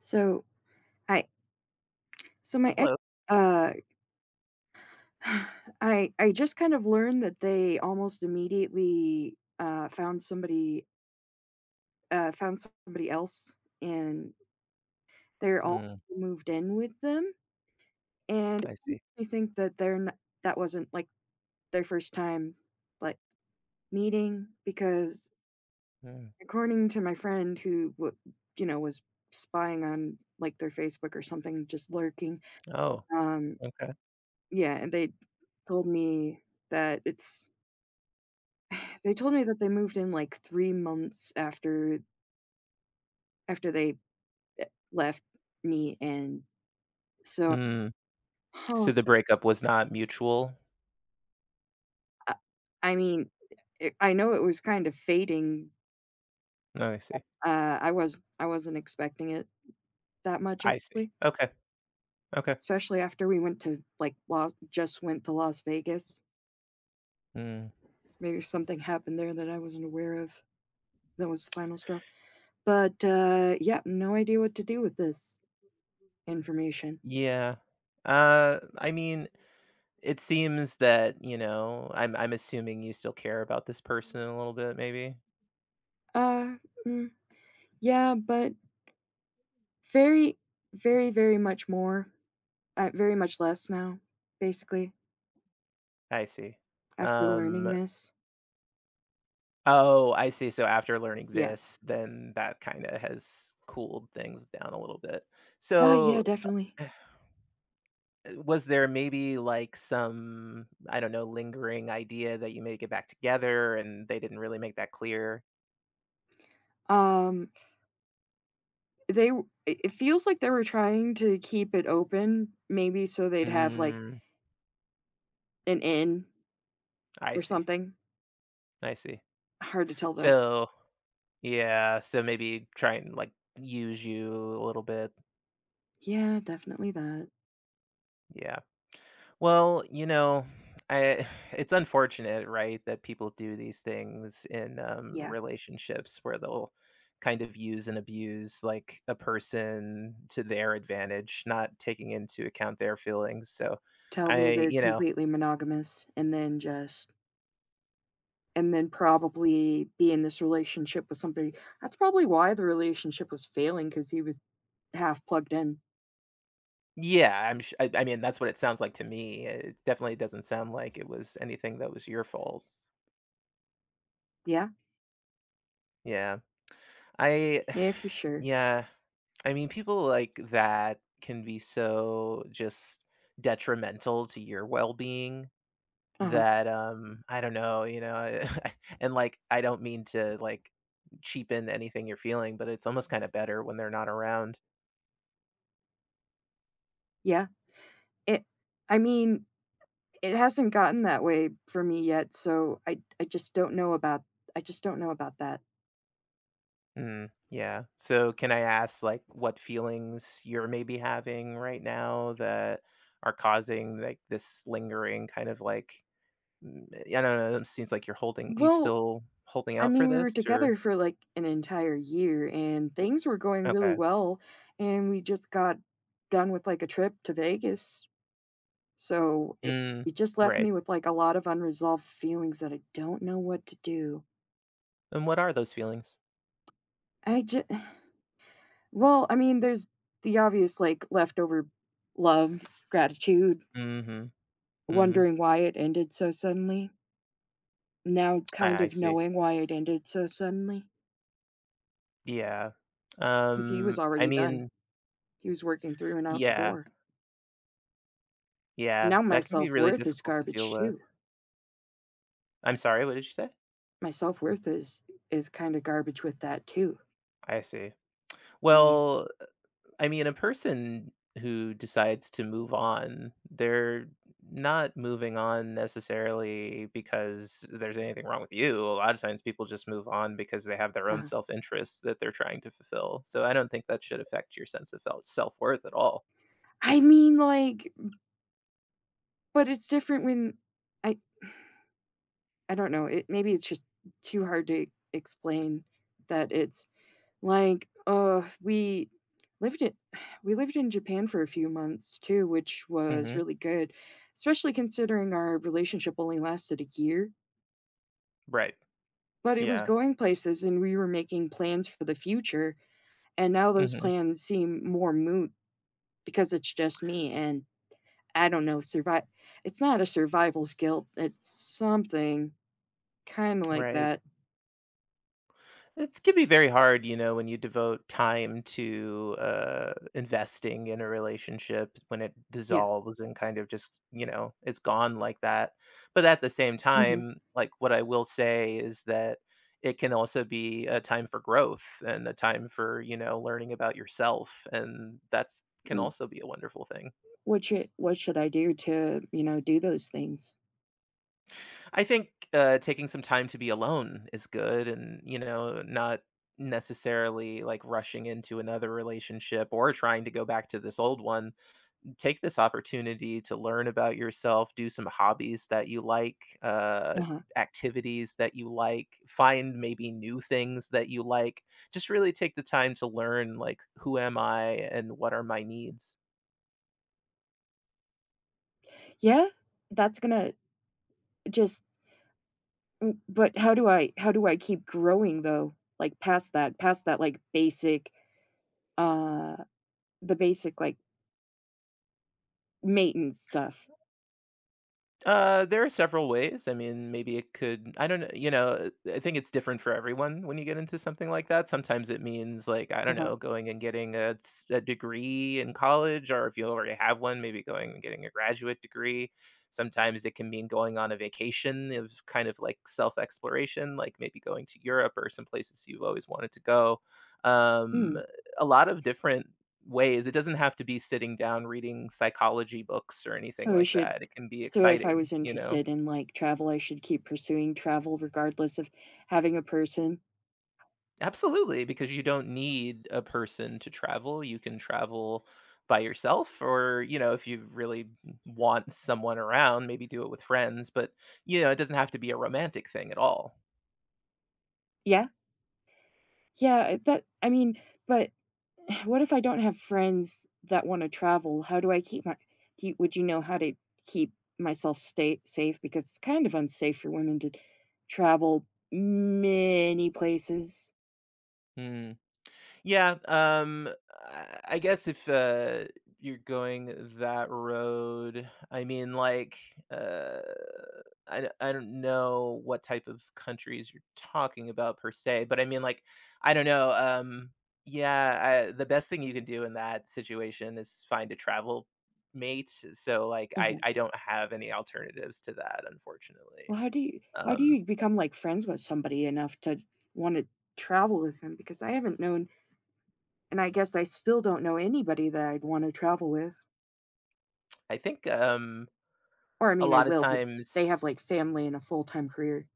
So I so my ex Hello. uh I just kind of learned that they almost immediately found somebody uh found else and they're all Mm, moved in with them, and it I makes see. me think that they're not, that wasn't like their first time like meeting because, Mm. according to my friend who was spying on like their Facebook or something, just lurking. Oh, um okay. yeah, and they told me that it's they told me that they moved in, like, 3 months after they, eh, left me, and so. Mm. Huh, So the breakup was not mutual? uh, I mean, it I know it was kind of fading. No, I see. I was I wasn't expecting it that much, I see. honestly, Okay. Okay. especially after we went to, like, Las just went to Las Vegas. Mm. Maybe something happened there that I wasn't aware of. That was the final straw, but, yeah, no idea what to do with this information. Yeah. I mean, it seems that, you know, I'm assuming you still care about this person a little bit, maybe? Uh, mm, yeah, but very, very much more, very much less now, basically, I see. after learning Um, this. oh, I see. So after learning Yeah. this, then that kind of has cooled things down a little bit. Oh, yeah, So. definitely. Was there maybe like some, I don't know, lingering idea that you may get back together and they didn't really make that clear? Um, they w it it feels like they were trying to keep it open, maybe so they'd have, like, Mm, an in I or see. something. I see. Hard to tell, though. So, yeah, so maybe try and like use you a little bit. Yeah, definitely that. Yeah. Well, you know, I it's unfortunate, right, that people do these things in Yeah. relationships where they'll kind of use and abuse like a person to their advantage, not taking into account their feelings. So, Tell me I, they're you know, completely monogamous and then just and then probably be in this relationship with somebody. That's probably why the relationship was failing, because he was half plugged in. yeah, I mean, that's what it sounds like to me. It definitely doesn't sound like it was anything that was your fault. Yeah, Yeah, I, yeah, if you sure. yeah. I mean, people like that can be so just detrimental to your well-being Uh-huh, that I don't know, you know, I- and like I don't mean to like cheapen anything you're feeling, but it's almost kind of better when they're not around. yeah. It, I mean, it hasn't gotten that way for me yet, so I just don't know about that. Mm, yeah. So can I ask like what feelings you're maybe having right now that are causing like this lingering kind of like mm, I don't know, it seems like you Well, still holding I out for mean, we were this or together for, like, an entire year, and things were going really okay. well, and we just got done with, like, a trip to Vegas, so Mm, it just left right. me with, like, a lot of unresolved feelings that I don't know what to do. And what are those feelings? I just. Well, I mean, there's the obvious, like, leftover love, gratitude, Mhm, mhm. wondering why it ended so suddenly. Now kind I of see. knowing why it ended so suddenly, Yeah. because he was I already done. mean He was working through and out the yeah, door. And yeah, now my that can be really self-worth is difficult to deal garbage with. too. I'm sorry, what did you say? My self-worth is kinda garbage with that too. I see. Ye Well, I mean, a person who decides to move on, they're not moving on necessarily because there's anything wrong with you. A lot of times people just move on because they have their own uh-huh. self interest that they're trying to fulfill. So I don't think that should affect your sense of self worth at all. I mean, like, but it's different when I I don't know, it maybe it's just too hard to explain that it's like, we lived it we lived in Japan for a few months too, which was Hmm. really good, especially considering our relationship only lasted a year. Right. But it was Yeah. going places, and we were making plans for the future, and now those Hmm. plans seem more moot because it's just me. And I don't know, survive it's not a survival's guilt, it's something kinda like Right. that. It can be very hard, you know, when you devote time to investing in a relationship when it Yeah, dissolves and kind of just, you know, it's gone like that. But at the same mhm. time, like what I will say is that it can also be a time for growth and a time for, you know, learning about yourself. And that's can Mm. also be a wonderful thing. What should I do to, you know, do those things? I think, taking some time to be alone is good and, you know, not necessarily, like, rushing into another relationship or trying to go back to this old one. Take this opportunity to learn about yourself, do some hobbies that you like, Uh-huh. activities that you like, find maybe new things that you like. Just really take the time to learn, like, who am I and what are my needs. Yeah, that's gonna just mm, but how do I keep growing, though? Like past that, like basic uh the basic, like, maintenance stuff. There are several ways. I mean, maybe it could, I don't know, you know, I think it's different for everyone when you get into something like that. Sometimes it means, like, I don't Uh-huh. know, going and getting a degree in college, or if you already have one, maybe going and getting a graduate degree. Sometimes it can mean going on a vacation of kind of like self exploration, like maybe going to Europe or some places you've always wanted to go. Um, Hmm. a lot of different ways. It doesn't have to be sitting down reading psychology books or anything So I like should that. It can be so If I exciting, was you know? interested in, like, travel, I should keep pursuing travel regardless of having a person. Absolutely, because you don't need a person to travel. You can travel by yourself or, you know, if you really want someone around, maybe do it with friends, but, you know, it doesn't have to be a romantic thing at all. Yeah. Yeah, that, I mean, but what if I don't have friends that wanna travel? How do I keep my, do would you know how to keep myself stay safe? Because it's kind of unsafe for women to travel many places. Mm. Yeah, I guess if you're going that road, I mean, like, uh, I don't know what type of countries you're talking about per se, but I mean, like, I don't know. Yeah, I, the best thing you can do in that situation is find a travel mate. So, like, Uh-huh. I don't have any alternatives to that, unfortunately. Well, how do you Um, become, like, friends with somebody enough to wanna travel with them? Because I haven't known, and I guess I still don't know anybody that I'd wanna travel with. I think Or, I a mean, I lot of will, but they have, times like, family and a full-time career.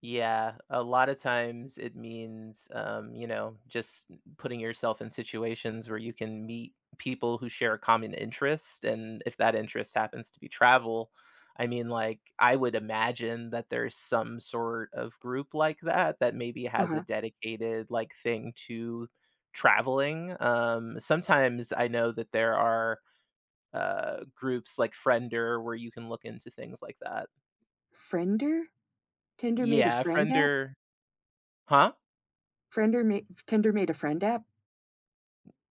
yeah, a lot of times it means, you know, just putting yourself in situations where you can meet people who share a common interest. And if that interest happens to be travel, I mean, like, I would imagine that there's some sort of group like that that maybe has a Uh-huh. dedicated, like, thing to traveling. Sometimes I know that there are groups like Friender where you can look into things like that. Friender? Tinder made a Yeah, friend app? Friender, huh? Friender made Tinder made a friend app?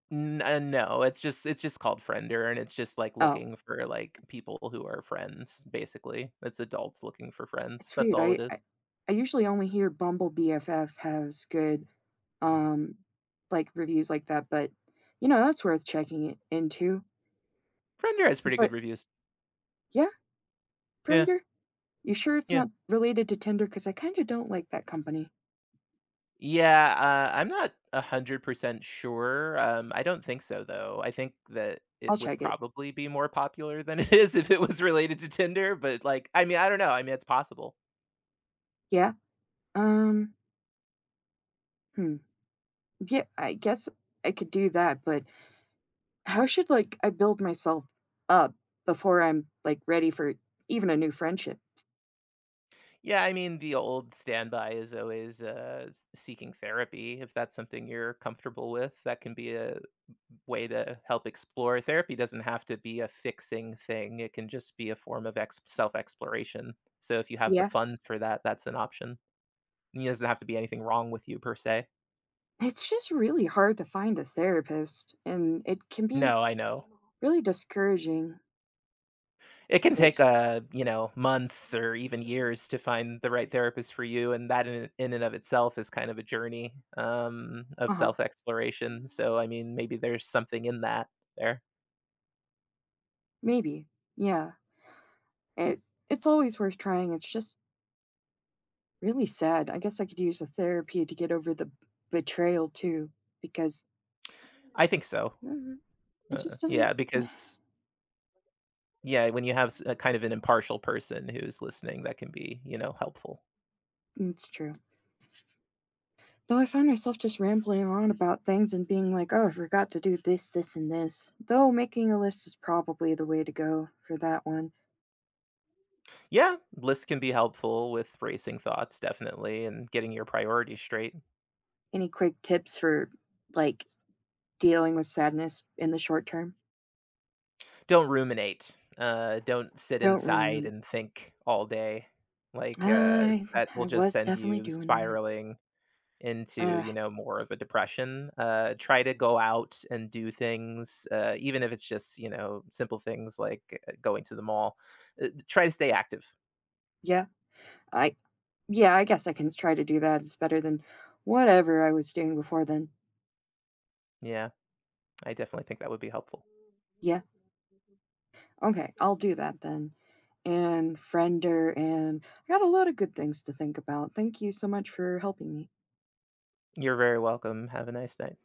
N no, it's just called Friender, and it's just, like, Oh, looking for, like, people who are friends, basically. It's adults looking for friends, it's that's weird. all it is. I usually only hear Bumble BFF has good, um, like, reviews like that, but, you know, that's worth checking I into. Friender has pretty good But, reviews. yeah, Yeah, Friender? You sure it's yeah. not related to Tinder? Because I kinda don't like that company. Yeah, I'm not 100% sure, I don't think so, though. I think that I'll it would check it. probably be more popular than it is if it was related to Tinder, but, like I mean, I don't know, I mean, it's possible. Yeah? Um, hmm. Yeah, I guess I could do that, but how should, like, I build myself up before I'm, like, ready for even a new friendship? Yeah, I mean, the old standby is always seeking therapy. If that's something you're comfortable with, that can be a way to help explore. Therapy doesn't have to be a fixing thing, it can just be a form of self exploration. So if you have the Yeah? funds for that, that's an option. It doesn't have to be anything wrong with you per se. It's just really hard to find a therapist, and it can be No, I know. really discouraging-ish. It can take, you know, months or even years to find the right therapist for you, and that in and of itself is kind of a journey, of Uh-huh, self-exploration, so, I mean, maybe there's something in that there. maybe. Yeah, it it's always worth trying, it's just really sad. I guess I could use a therapy to get over the b betrayal too, because I think so. mhm, it just doesn't Yeah, because yeah, when you have s a kind of an impartial person who's listening, that can be, you know, helpful. it's true. Though I find myself just rambling on about things and being like, "Oh, I forgot to do this, this, and this." Though making a list is probably the way to go for that one. Yeah, lists can be helpful with racing thoughts, definitely, and getting your priorities straight. Any quick tips for, like, dealing with sadness in the short term? Don't ruminate. Don't sit Don't inside ruminate. and think all day. Like, uh, I that I will just was send definitely you doing that. spiraling into, Uh, you know, more of a depression. Try to go out and do things, even if it's just, you know, simple things like going to the mall. Try to stay active. yeah, I yeah, I guess I can try to do that. It's better than whatever I was doing before then. Yeah, I definitely think that would be helpful. Yeah, okay, I'll do that then. And Friender, and I got a lot of good things to think about. Thank you so much for helping me. You're very welcome. Have a nice night.